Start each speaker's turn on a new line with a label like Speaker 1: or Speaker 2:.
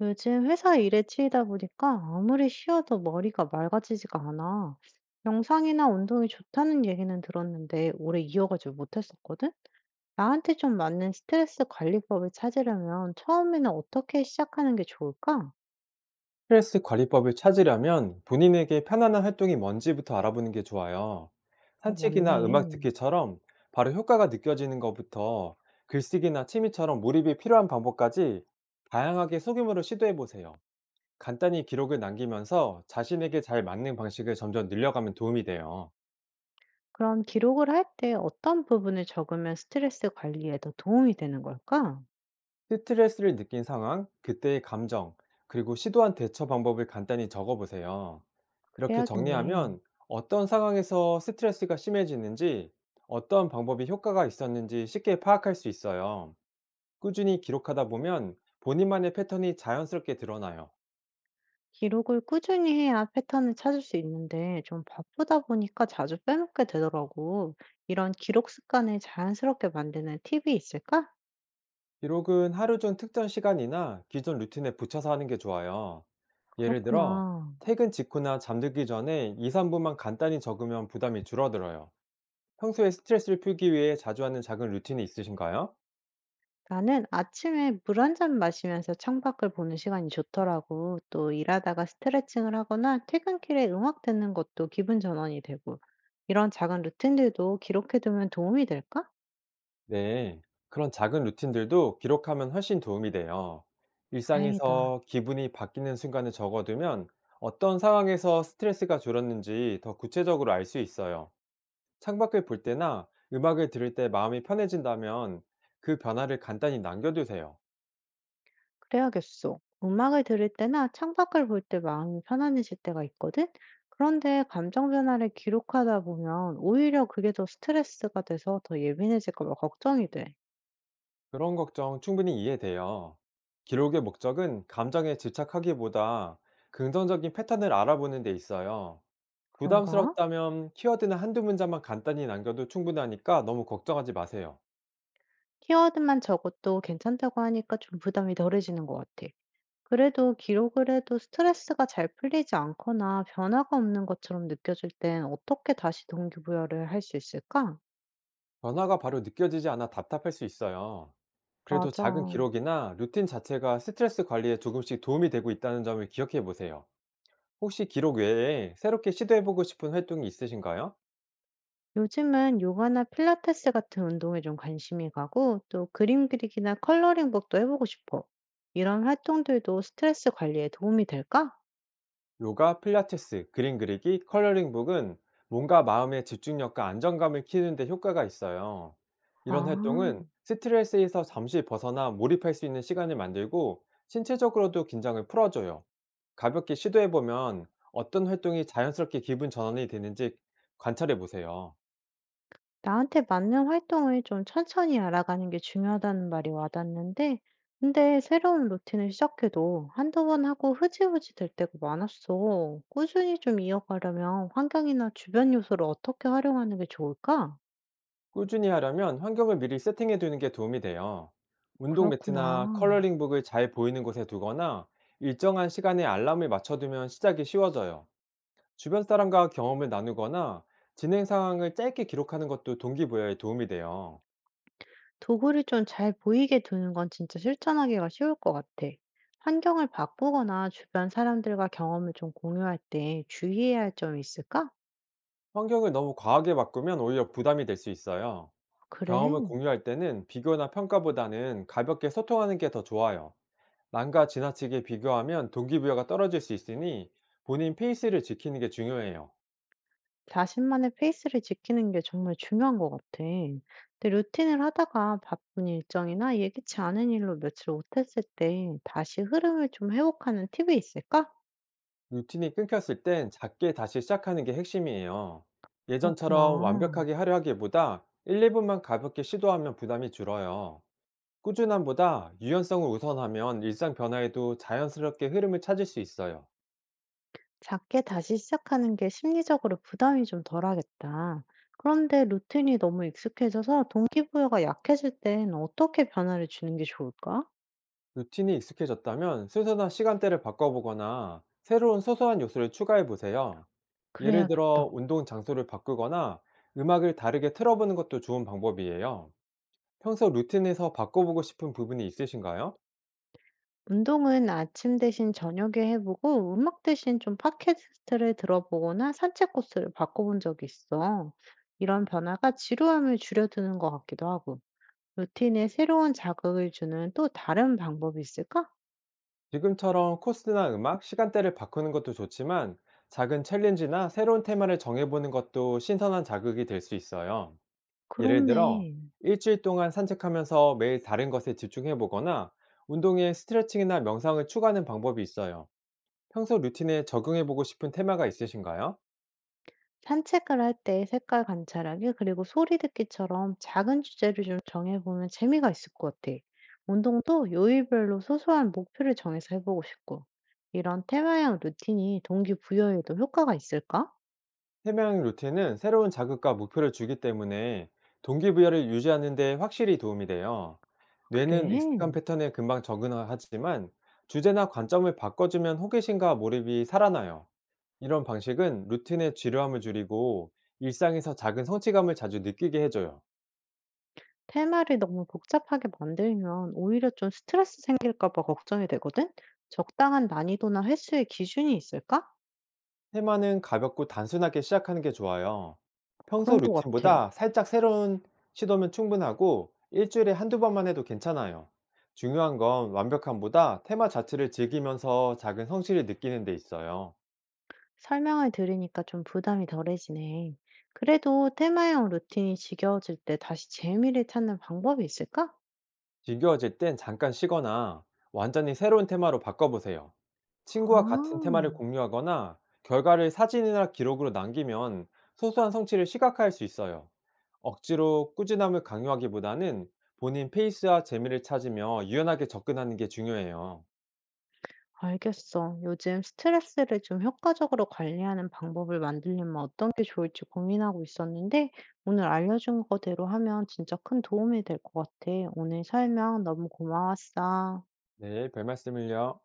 Speaker 1: 요즘 회사 일에 치이다 보니까 아무리 쉬어도 머리가 맑아지지가 않아. 명상이나 운동이 좋다는 얘기는 들었는데 오래 이어가지 못했었거든? 나한테 좀 맞는 스트레스 관리법을 찾으려면 처음에는 어떻게 시작하는 게 좋을까?
Speaker 2: 스트레스 관리법을 찾으려면 본인에게 편안한 활동이 뭔지부터 알아보는 게 좋아요.
Speaker 1: 어,
Speaker 2: 산책이나 음악
Speaker 1: 맞네.
Speaker 2: 듣기처럼 바로 효과가 느껴지는 것부터 글쓰기나 취미처럼 몰입이 필요한 방법까지 다양하게 소규모로 시도해 보세요. 간단히 기록을 남기면서 자신에게 잘 맞는 방식을 점점 늘려가면 도움이 돼요.
Speaker 1: 그럼 기록을 할 때 어떤 부분을 적으면 스트레스 관리에 더 도움이 되는 걸까?
Speaker 2: 스트레스를 느낀 상황, 그때의 감정, 그리고 시도한 대처 방법을 간단히 적어보세요. 이렇게
Speaker 1: 그래야겠네.
Speaker 2: 정리하면 어떤 상황에서 스트레스가 심해지는지, 어떤 방법이 효과가 있었는지 쉽게 파악할 수 있어요. 꾸준히 기록하다 보면 본인만의 패턴이 자연스럽게 드러나요.
Speaker 1: 기록을 꾸준히 해야 패턴을 찾을 수 있는데 좀 바쁘다 보니까 자주 빼먹게 되더라고. 이런 기록 습관을 자연스럽게 만드는 팁이 있을까?
Speaker 2: 기록은 하루 중 특정 시간이나 기존 루틴에 붙여서 하는 게 좋아요. 예를 들어,
Speaker 1: 그렇구나.
Speaker 2: 퇴근 직후나 잠들기 전에 2, 3분만 간단히 적으면 부담이 줄어들어요. 평소에 스트레스를 풀기 위해 자주 하는 작은 루틴이 있으신가요?
Speaker 1: 나는 아침에 물 한 잔 마시면서 창밖을 보는 시간이 좋더라고. 또 일하다가 스트레칭을 하거나 퇴근길에 음악 듣는 것도 기분 전환이 되고. 이런 작은 루틴들도 기록해두면 도움이 될까?
Speaker 2: 네. 그런 작은 루틴들도 기록하면 훨씬 도움이 돼요.
Speaker 1: 다행이다.
Speaker 2: 일상에서 기분이 바뀌는 순간을 적어두면 어떤 상황에서 스트레스가 줄었는지 더 구체적으로 알 수 있어요. 창밖을 볼 때나 음악을 들을 때 마음이 편해진다면 그 변화를 간단히 남겨두세요.
Speaker 1: 그래야겠어. 음악을 들을 때나 창밖을 볼 때 마음이 편안해질 때가 있거든? 그런데 감정 변화를 기록하다 보면 오히려 그게 더 스트레스가 돼서 더 예민해질까 봐 걱정이 돼.
Speaker 2: 그런 걱정 충분히 이해돼요. 기록의 목적은 감정에 집착하기보다 긍정적인 패턴을 알아보는 데 있어요.
Speaker 1: 그런가?
Speaker 2: 부담스럽다면 키워드는 한두 문장만 간단히 남겨도 충분하니까 너무 걱정하지 마세요.
Speaker 1: 키워드만 적어도 괜찮다고 하니까 좀 부담이 덜해지는 것 같아. 그래도 기록을 해도 스트레스가 잘 풀리지 않거나 변화가 없는 것처럼 느껴질 땐 어떻게 다시 동기부여를 할 수 있을까?
Speaker 2: 변화가 바로 느껴지지 않아 답답할 수 있어요. 그래도 작은
Speaker 1: 맞아.
Speaker 2: 기록이나 루틴 자체가 스트레스 관리에 조금씩 도움이 되고 있다는 점을 기억해 보세요. 혹시 기록 외에 새롭게 시도해 보고 싶은 활동이 있으신가요?
Speaker 1: 요즘은 요가나 필라테스 같은 운동에 좀 관심이 가고 또 그림 그리기나 컬러링북도 해보고 싶어. 이런 활동들도 스트레스 관리에 도움이 될까?
Speaker 2: 요가, 필라테스, 그림 그리기, 컬러링북은 몸과 마음의 집중력과 안정감을 키우는 데 효과가 있어요. 이런
Speaker 1: 아,
Speaker 2: 활동은 스트레스에서 잠시 벗어나 몰입할 수 있는 시간을 만들고 신체적으로도 긴장을 풀어줘요. 가볍게 시도해보면 어떤 활동이 자연스럽게 기분 전환이 되는지 관찰해보세요.
Speaker 1: 나한테 맞는 활동을 좀 천천히 알아가는 게 중요하다는 말이 와닿는데, 근데 새로운 루틴을 시작해도 한두 번 하고 흐지부지 될 때가 많았어. 꾸준히 좀 이어가려면 환경이나 주변 요소를 어떻게 활용하는 게 좋을까?
Speaker 2: 꾸준히 하려면 환경을 미리 세팅해두는 게 도움이 돼요. 운동 매트나
Speaker 1: 그렇구나.
Speaker 2: 컬러링북을 잘 보이는 곳에 두거나 일정한 시간에 알람을 맞춰두면 시작이 쉬워져요. 주변 사람과 경험을 나누거나 진행 상황을 짧게 기록하는 것도 동기부여에 도움이 돼요.
Speaker 1: 도구를 좀 잘 보이게 두는 건 진짜 실천하기가 쉬울 것 같아. 환경을 바꾸거나 주변 사람들과 경험을 좀 공유할 때 주의해야 할 점이 있을까?
Speaker 2: 환경을 너무 과하게 바꾸면 오히려 부담이 될 수 있어요.
Speaker 1: 그래.
Speaker 2: 경험을 공유할 때는 비교나 평가보다는 가볍게 소통하는 게 더 좋아요. 남과 지나치게 비교하면 동기부여가 떨어질 수 있으니 본인 페이스를 지키는 게 중요해요.
Speaker 1: 자신만의 페이스를 지키는 게 정말 중요한 것 같아. 근데 루틴을 하다가 바쁜 일정이나 예기치 않은 일로 며칠 못했을 때 다시 흐름을 좀 회복하는 팁이 있을까?
Speaker 2: 루틴이 끊겼을 땐 작게 다시 시작하는 게 핵심이에요. 예전처럼
Speaker 1: 그렇구나.
Speaker 2: 완벽하게 하려 하기보다 1, 2분만 가볍게 시도하면 부담이 줄어요. 꾸준함보다 유연성을 우선하면 일상 변화에도 자연스럽게 흐름을 찾을 수 있어요.
Speaker 1: 작게 다시 시작하는 게 심리적으로 부담이 좀 덜하겠다. 그런데 루틴이 너무 익숙해져서 동기부여가 약해질 땐 어떻게 변화를 주는 게 좋을까?
Speaker 2: 루틴이 익숙해졌다면 순서나 시간대를 바꿔보거나 새로운 소소한 요소를 추가해 보세요. 예를 들어
Speaker 1: 그래야겠다.
Speaker 2: 운동 장소를 바꾸거나 음악을 다르게 틀어보는 것도 좋은 방법이에요. 평소 루틴에서 바꿔보고 싶은 부분이 있으신가요?
Speaker 1: 운동은 아침 대신 저녁에 해보고 음악 대신 좀 팟캐스트를 들어보거나 산책 코스를 바꿔본 적이 있어. 이런 변화가 지루함을 줄여드는 것 같기도 하고, 루틴에 새로운 자극을 주는 또 다른 방법이 있을까?
Speaker 2: 지금처럼 코스나 음악, 시간대를 바꾸는 것도 좋지만 작은 챌린지나 새로운 테마를 정해보는 것도 신선한 자극이 될 수 있어요. 예를 들어,
Speaker 1: 그렇네.
Speaker 2: 일주일 동안 산책하면서 매일 다른 것에 집중해 보거나 운동에 스트레칭이나 명상을 추가하는 방법이 있어요. 평소 루틴에 적용해 보고 싶은 테마가 있으신가요?
Speaker 1: 산책을 할 때 색깔 관찰하기 그리고 소리 듣기처럼 작은 주제를 좀 정해보면 재미가 있을 것 같아. 운동도 요일별로 소소한 목표를 정해서 해보고 싶고. 이런 테마형 루틴이 동기부여에도 효과가 있을까?
Speaker 2: 해명형 루틴은 새로운 자극과 목표를 주기 때문에 동기부여를 유지하는 데 확실히 도움이 돼요. 뇌는 익숙한
Speaker 1: 그래.
Speaker 2: 패턴에 금방 적응하지만 주제나 관점을 바꿔주면 호기심과 몰입이 살아나요. 이런 방식은 루틴의 지루함을 줄이고 일상에서 작은 성취감을 자주 느끼게 해줘요.
Speaker 1: 테마를 너무 복잡하게 만들면 오히려 좀 스트레스 생길까 봐 걱정이 되거든? 적당한 난이도나 횟수의 기준이 있을까?
Speaker 2: 테마는 가볍고 단순하게 시작하는 게 좋아요.
Speaker 1: 그런
Speaker 2: 평소
Speaker 1: 것 같아.
Speaker 2: 루틴보다 살짝 새로운 시도면 충분하고 일주일에 한두 번만 해도 괜찮아요. 중요한 건 완벽함보다 테마 자체를 즐기면서 작은 성취를 느끼는 데 있어요.
Speaker 1: 설명을 들으니까 좀 부담이 덜해지네. 그래도 테마형 루틴이 지겨워질 때 다시 재미를 찾는 방법이 있을까?
Speaker 2: 지겨워질 땐 잠깐 쉬거나 완전히 새로운 테마로 바꿔보세요.
Speaker 1: 아,
Speaker 2: 친구와 같은 테마를 공유하거나 결과를 사진이나 기록으로 남기면 소소한 성취를 시각화할 수 있어요. 억지로 꾸준함을 강요하기보다는 본인 페이스와 재미를 찾으며 유연하게 접근하는 게 중요해요.
Speaker 1: 알겠어. 요즘 스트레스를 좀 효과적으로 관리하는 방법을 만들려면 어떤 게 좋을지 고민하고 있었는데, 오늘 알려준 거대로 하면 진짜 큰 도움이 될 것 같아. 오늘 설명 너무 고마웠어.
Speaker 2: 네, 별 말씀을요.